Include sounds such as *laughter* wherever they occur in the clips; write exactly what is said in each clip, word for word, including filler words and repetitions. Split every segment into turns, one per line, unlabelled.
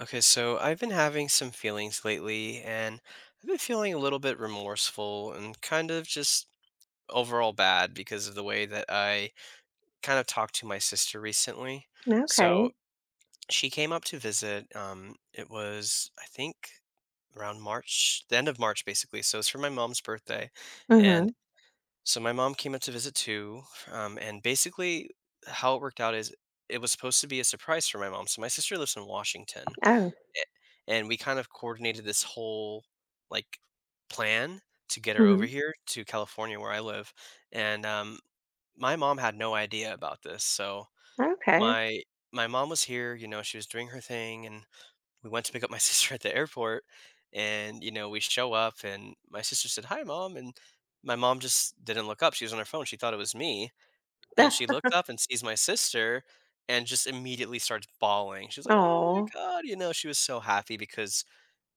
Okay, so I've been having some feelings lately, and I've been feeling a little bit remorseful and kind of just overall bad because of the way that I kind of talked to my sister recently.
Okay.
So she came up to visit. Um, it was, I think, around March, the end of March, basically. So it's for my mom's birthday. And
Mhm.
so my mom came up to visit too. Um, and basically, how it worked out is it was supposed to be a surprise for my mom. So my sister lives in Washington
Oh.
and we kind of coordinated this whole, like, plan to get her over
Mhm.
here to California where I live, and, um, my mom had no idea about this, so
Okay.
my my mom was here, you know, she was doing her thing, and we went to pick up my *laughs* sister at the airport, and, you know, we show up, and my sister said, "Hi, Mom," and my mom just didn't look up. She was on her phone, she thought it was me, and she looked up and sees my sister and just immediately starts bawling. She was like, "Oh my
Oh.
god," you know, she was so happy because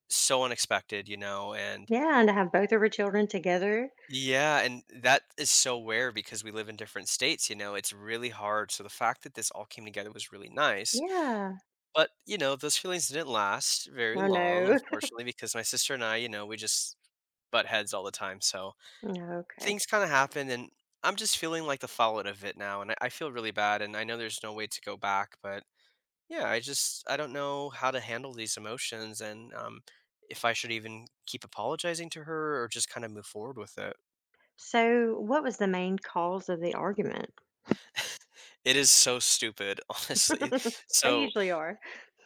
so unexpected, you know, and
Yeah, and to have both of her children together.
yeah, and that is so rare because we live in different states, you know, it's really hard. So the fact that this all came together was really nice.
Yeah.
But, you know, those feelings didn't last very
Oh,
long,
no. *laughs*
unfortunately, because my sister and I, you know, we just butt heads all the time. So
Okay.
things kind of happen and I'm just feeling like the fallout of it now. And I, I feel really bad. And I know there's no way to go back, but yeah, I just I don't know how to handle these emotions and um if I should even keep apologizing to her or just kind of move forward with it.
So what was the main cause of the argument?
*laughs* It is so stupid, *laughs* honestly.
*laughs* They
So,
usually are.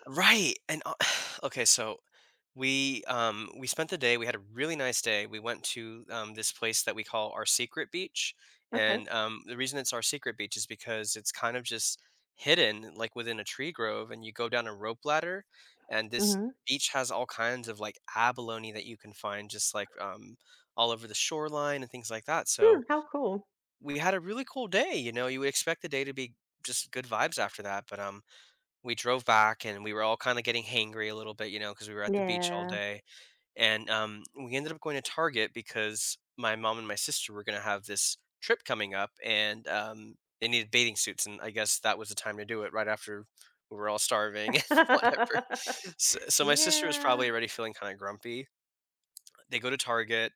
right. And uh, *sighs* okay, so We, um, we spent the day, we had a really nice day. We went to, um, this place that we call Our Secret Beach,
Okay.
and, um, the reason it's Our Secret Beach is because it's kind of just hidden, like, within a tree grove, and you go down a rope ladder, and this
Mhm.
beach has all kinds of, like, abalone that you can find just, like, um, all over the shoreline and things like that, so
Hmm, how cool.
we had a really cool day, you know? You would expect the day to be just good vibes after that, but, um, we drove back, and we were all kinda getting hangry a little bit, you know, because we were at the beach all
Yeah.
day, and, um, we ended up going to Target because my mom and my sister were gonna have this trip coming up, and, um, they needed bathing suits, and I guess that was the time to do it right after we were all starving *laughs* and whatever.
*laughs*
So so my sister was
Yeah.
probably already feeling kinda grumpy. They go to Target.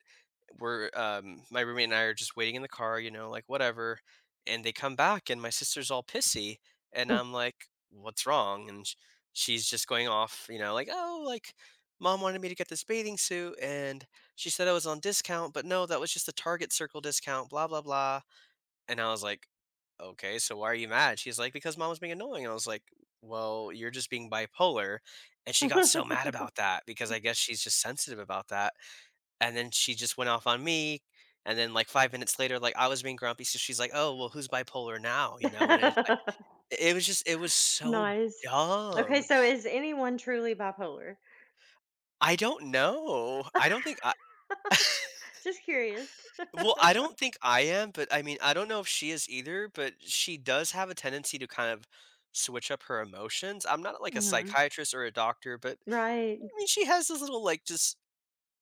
We're um my roommate and I are just waiting in the car, you know, like whatever. And they come back and my sister's all pissy and I'm like, "What's wrong?" And sh- she's just going off, you know, like, "Oh, like mom wanted me to get this bathing suit and she said it was on discount, but no, that was just the Target circle discount, blah blah blah." And I was like, "Okay, so why are you mad?" She's like, "Because mom was being annoying." I was like, "Well, you're just being bipolar." And she got so
*laughs*
mad about that because I guess she's just sensitive about that and then she just went off on me, and then, like, five minutes later, like, I was being grumpy, so she's like, "Oh, well, who's bipolar now?" You know, and it I it was just it was so
Nice. Okay,
dumb.
so is anyone truly bipolar?
I don't know. I don't think I
Just curious.
Well, I don't think I am, but, I mean, I don't know if she is either, but she does have a tendency to kind of switch up her emotions. I'm not, like, a
Mhm.
psychiatrist or a doctor, but,
Right.
I mean, she has this little, like, just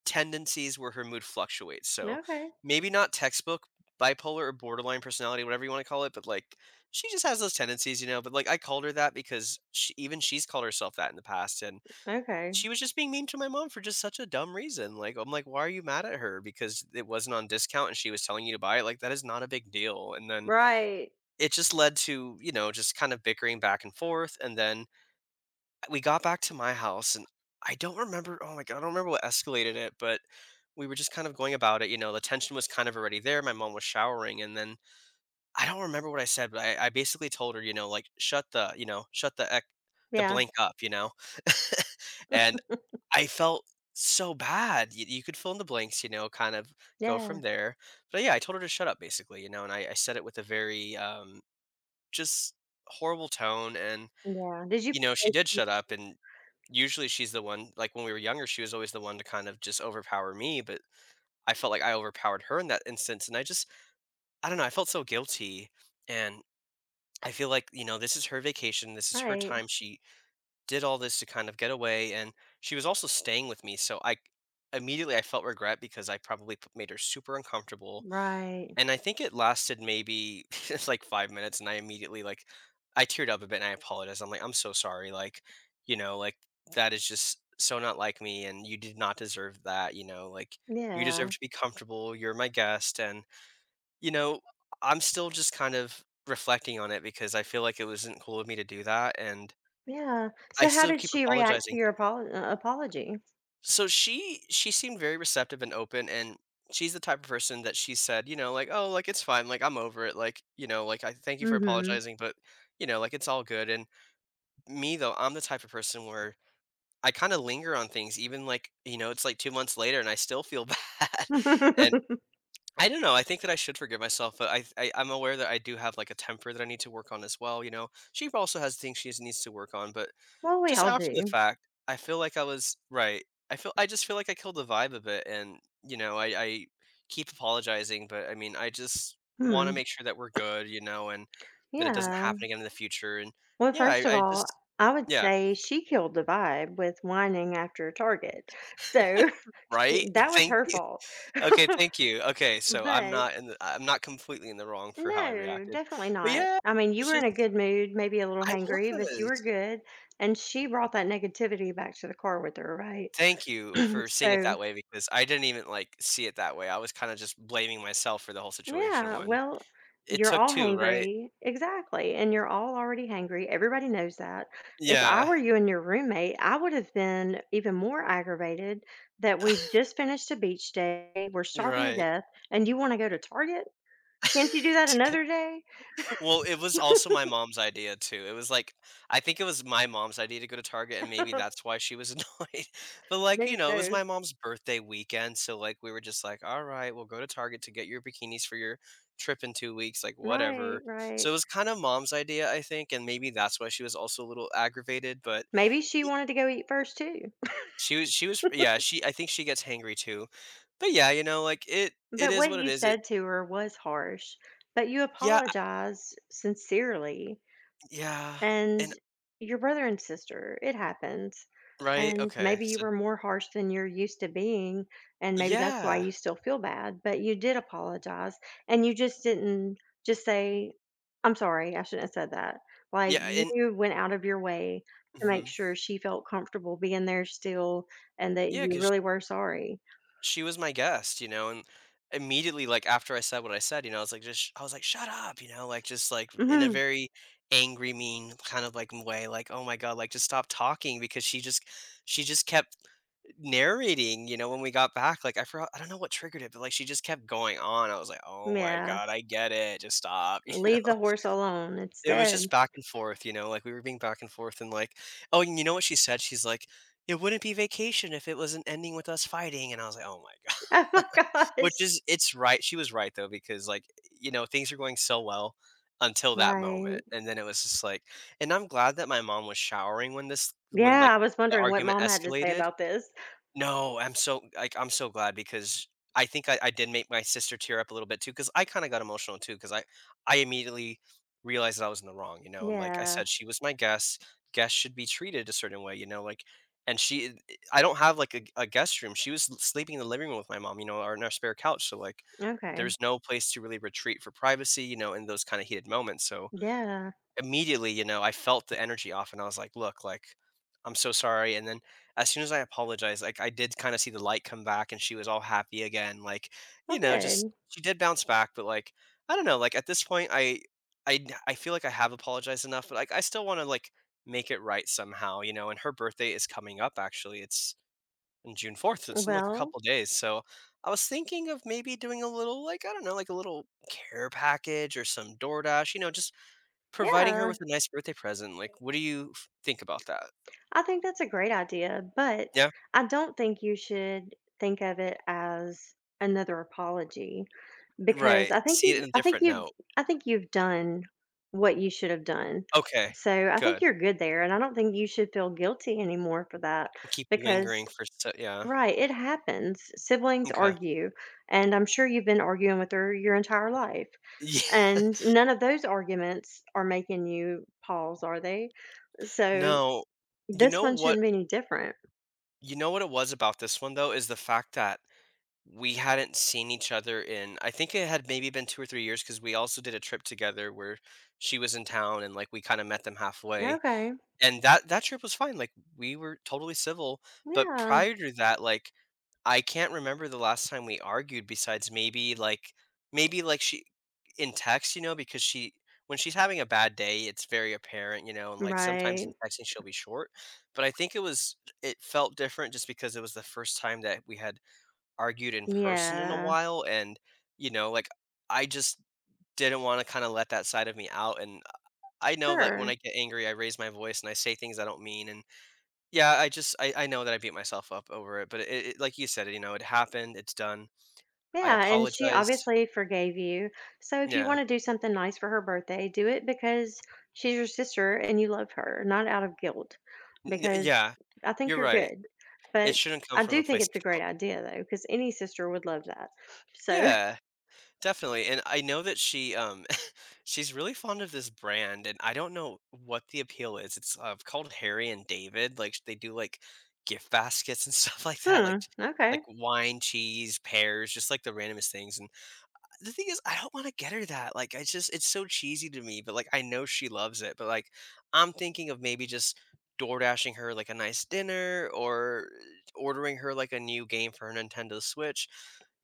tendencies where her mood fluctuates. So
Okay.
maybe not textbook bipolar or borderline personality, whatever you want to call it, but like she just has those tendencies, you know. But like I called her that because she, even she's called herself that in the past, and
Okay.
she was just being mean to my mom for just such a dumb reason. Like I'm like, why are you mad at her? Because it wasn't on discount and she was telling you to buy it. Like that is not a big deal. And then
Right.
it just led to you know just kind of bickering back and forth, and then we got back to my house and I don't remember oh my god, I don't remember what escalated it, but we were just kind of going about it, you know, the tension was kind of already there. My mom was showering and then I don't remember what I said, but I, I basically told her, you know, like shut the, you know, shut the ec- the
Yeah,
blank up, you know. *laughs* And I felt so bad. You, you could fill in the blanks, you know, kind of go
yeah,
from there. But yeah, I told her to shut up basically, you know, and I, I said it with a very um just horrible tone and
yeah. Did you
you know, she
propose
did
to-
shut up, and usually she's the one like, when we were younger, she was always the one to kind of just overpower me, but I felt like I overpowered her in that instance, and I just I don't know, I felt so guilty, and I feel like, you know, this is her vacation, this is her
Right,
time, she did all this to kind of get away, and she was also staying with me, so I immediately I felt regret because I probably p made her super uncomfortable.
right.
And I think it lasted maybe *laughs* it's like five minutes, and I immediately, like I teared up a bit, and I apologized. I'm like, "I'm so sorry, like, you know, like, that is just so not like me, and you did not deserve that, you know, like, you deserve
Yeah,
to be comfortable, you're my guest," and, you know, I'm still just kind of reflecting on it because I feel like it wasn't cool of me to do that, and
yeah.
I
So how
still
did
keep
she react to
apologizing.
your apol uh, apology?
So she she seemed very receptive and open and she's the type of person that she said, you know, like, "Oh, like it's fine, like I'm over it, like, you know, like I thank you for
Mhm.
apologizing," but you know, like it's all good. And me though, I'm the type of person where I kind of linger on things. Even like, you know, it's like two months later and I still feel *laughs* bad. And
*laughs*
I don't know, I think that I should forgive myself, but I, I I'm aware that I do have like a temper that I need to work on as well. You know, she also has things she needs to work on, but
Well, we
just
all
after the
do.
fact, I feel like I was right. I feel I just feel like I killed the vibe of it and, you know, I I keep apologizing, but I mean, I just wanna
Hmm,
make sure that we're good, you know, and that it doesn't
yeah.
happen again in the future, and
Well,
yeah,
first
I
of
I
all,
just
I would
yeah,
say she killed the vibe with whining after Target. So, *laughs*
right? *laughs*
that was
Thank
her
you.
fault. *laughs*
Okay, thank you. Okay, so I'm
But
not in the I'm not completely in the wrong for how I
no,
reacted.
definitely
But
not.
yeah,
I mean,
it
you
was
were in a
just
good mood, maybe a little
I
hangry, but you
was.
were good. And she brought that negativity back to the car with her, right?
Thank you for
*clears throat*
seeing it
So,
that way because I didn't even, like, see it that way. I was kinda just blaming myself for the whole situation
yeah,
when
well,
it
you're
took
all
two, right?
hangry. Exactly. And you're all already hangry. Everybody knows that. If I
Yeah,
were you and your roommate, I would have been even more aggravated that we just finished a beach day, we're
you're
starving to
right.
death, and you want to go to Target? Can't you do
*laughs*
that
To get
another day?
Well, it was also my mom's idea too. It was like I think it was my mom's idea to go to Target, and maybe that's
*laughs*
why she was *laughs* annoyed. But, like,
Maybe
you know, it was
so.
my mom's birthday weekend, so, like, we were just like, "Alright, we'll go to Target to get your bikinis for your trip in two weeks," like,
Right,
whatever. So
right.
it was kinda mom's idea, I think, and maybe that's why she was also a little aggravated, but
Maybe she wanted to go eat first too.
she was she was yeah, she I think she gets hangry too. But yeah, you know, like, it it
But
is
what
what it
you
is. It
said to her was harsh, but you
Yeah,
apologized sincerely.
yeah,
And
and
your brother and sister, it happens.
right,
And
okay,
maybe you
so
were more harsh than you're used to being. And maybe that's why
yeah,
you still feel bad, but you did apologize. And you just didn't just say, I'm sorry, I shouldn't have said that. Like,
yeah, and
you went out of your way to make
mhm,
sure she felt comfortable being there still and that you
because
really were sorry.
she was my guest, you know, and immediately, like, after I said what I said, you know, I was like, just I was like, "Shut up," you know, like, just, like, in a
*laughs*
very angry, mean kind of, like, way, like, "Oh my god," like, "Just stop talking," because she just she just kept narrating, you know, when we got back, like, I forgot I don't know what triggered it, but, like, she just kept going on, I was like, "Oh my
Yeah,
god, I get it, just stop," *laughs* you
leave
know?
the horse alone, it's
It was just
dead. *laughs*
back and forth, you know, like, we were being back and forth and, like, "Oh, and you know what she said?" She's like, "It wouldn't be vacation if it wasn't ending with us fighting," and I was like, "Oh my
Oh
god."
my
*laughs* Which
gosh.
is it's right, she was right though because, like, you know, things were going so well until that moment,
Right.
and then it was just like and I'm glad that my mom was showering when this when, like,
Yeah, I was
the
wondering what
argument
mom had to say
escalated.
about this.
No, I'm so like, I'm so glad because I think I, I did make my sister tear up a little bit too because I kind of got emotional too because I I immediately realized that I was in the wrong, you know, and like I
Yeah,
said, she was my guest. Guests should be treated a certain way, you know, like, and she eh, I don't have like a, a guest room. She was l- sleeping in the living room with my mom, you know, or in our spare couch, so like
okay.
there's no place to really retreat for privacy, you know, in those kind of heated moments. So
Yeah,
immediately, you know, I felt the energy off and I was like, "Look, like, I'm so sorry." And then as soon as I apologized, like I did kind of see the light come back and she was all happy again. Like,
well,
you know, just
good.
she did bounce back, but like I don't know, like at this point I, I, I feel like I have apologized enough, but like I still want to like make it right somehow, you know. And her birthday is coming up actually. It's on June fourth. It's in like a
Well,
couple days. So I was thinking of maybe doing a little like I don't know, like a little care package or some DoorDash, you know, just providing her
yeah,
with a nice birthday present, like, what do you f think about that?
I think that's a great idea, but
Yeah?
I don't think you should think of it as another apology because
Right,
I think
see
you've
it in a
I think
different
you've
note.
I think you've done what you should have done.
Okay,
So, I think
good.
you're good there, and I don't think you should feel guilty anymore for that
Keep
because
lingering for so yeah,
right, it happens. Siblings
okay.
argue, and I'm sure you've been arguing with her your entire life.
Yeah. *laughs*
And none of those arguments are making you pause, are they? So
No, you
this
know
one
what
shouldn't be any different.
you know what it was about this one, though, is the fact that we hadn't seen each other in I think it had maybe been two or three years because we also did a trip together where she was in town and, like, we kinda met them halfway,
Okay.
and that that trip was fine, like, we were totally civil, but
Yeah.
prior to that, like I can't remember the last time we argued besides maybe, like maybe, like, she in text, you know, because she when she's having a bad day, it's very apparent, you know, and, like, sometimes in
Right.
texting, she'll be short, but I think it was it felt different just because it was the first time that we had argued in person in a
Yeah.
while, and, you know, like, I just didn't wanna kinda let that side of me out, and I know that when
Sure.
I get angry, I raise my voice, and I say things I don't mean, and yeah, I just I I know that I beat myself up over it, but it it like you said, you know, it happened, it's done. I
Yeah. And she
apologized.
obviously forgave you. So if you
Yeah.
want to do something nice for her birthday, do it because she's your sister and you love her, not out of guilt.
N
Because
yeah.
I think
You're
you're
right.
good.
It
But
shouldn't come
I
from
do
a
think
place
it's
of
a great
guilt.
idea though, because any sister would love that. So,
Yeah, definitely, and I know that she, um, *laughs* she's really fond of this brand, and I don't know what the appeal is. It's, uh, called Harry and David, like, they do, like, gift baskets and stuff *laughs* like
*laughs*
that,
hmm,
like like
okay.
wine, cheese, pears, just, like, the randomest things, and the thing is, I don't wanna get her that, like, I just it's so cheesy to me, but, like, I know she loves it, but, like, I'm thinking of maybe just door dashing her, like, a nice dinner or ordering her, like, a new game for her Nintendo Switch,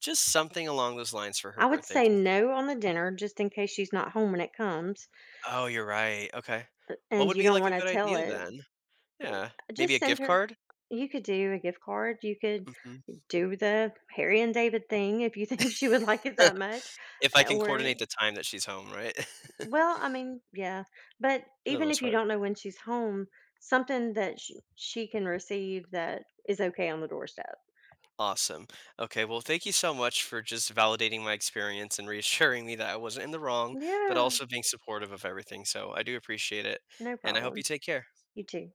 just something along those lines for her
I would
birthday
say
'cause.
no on the dinner just in case she's not home when it comes
Oh, you're right, okay. What
and
would
you
be,
don't
like, a
want to
good
tell
idea
it.
then? Yeah, maybe a
Just send
gift
her.
card?
You could do a gift card. You could
Mhm.
do the Harry and David thing if you *laughs* think she would like it that
*laughs*
much.
If I
uh,
can
Or,
coordinate the time that she's home, right? *laughs*
well, I mean, yeah. But
For the
even
most
if you
part.
don't know when she's home, something that she, she can receive that is okay on the doorstep.
Awesome. Okay, well, thank you so much for just validating my experience and reassuring me that I wasn't in the wrong, but
Yeah.
also being supportive of everything. So I do appreciate it.
No
And I hope you
problem.
take care.
You too.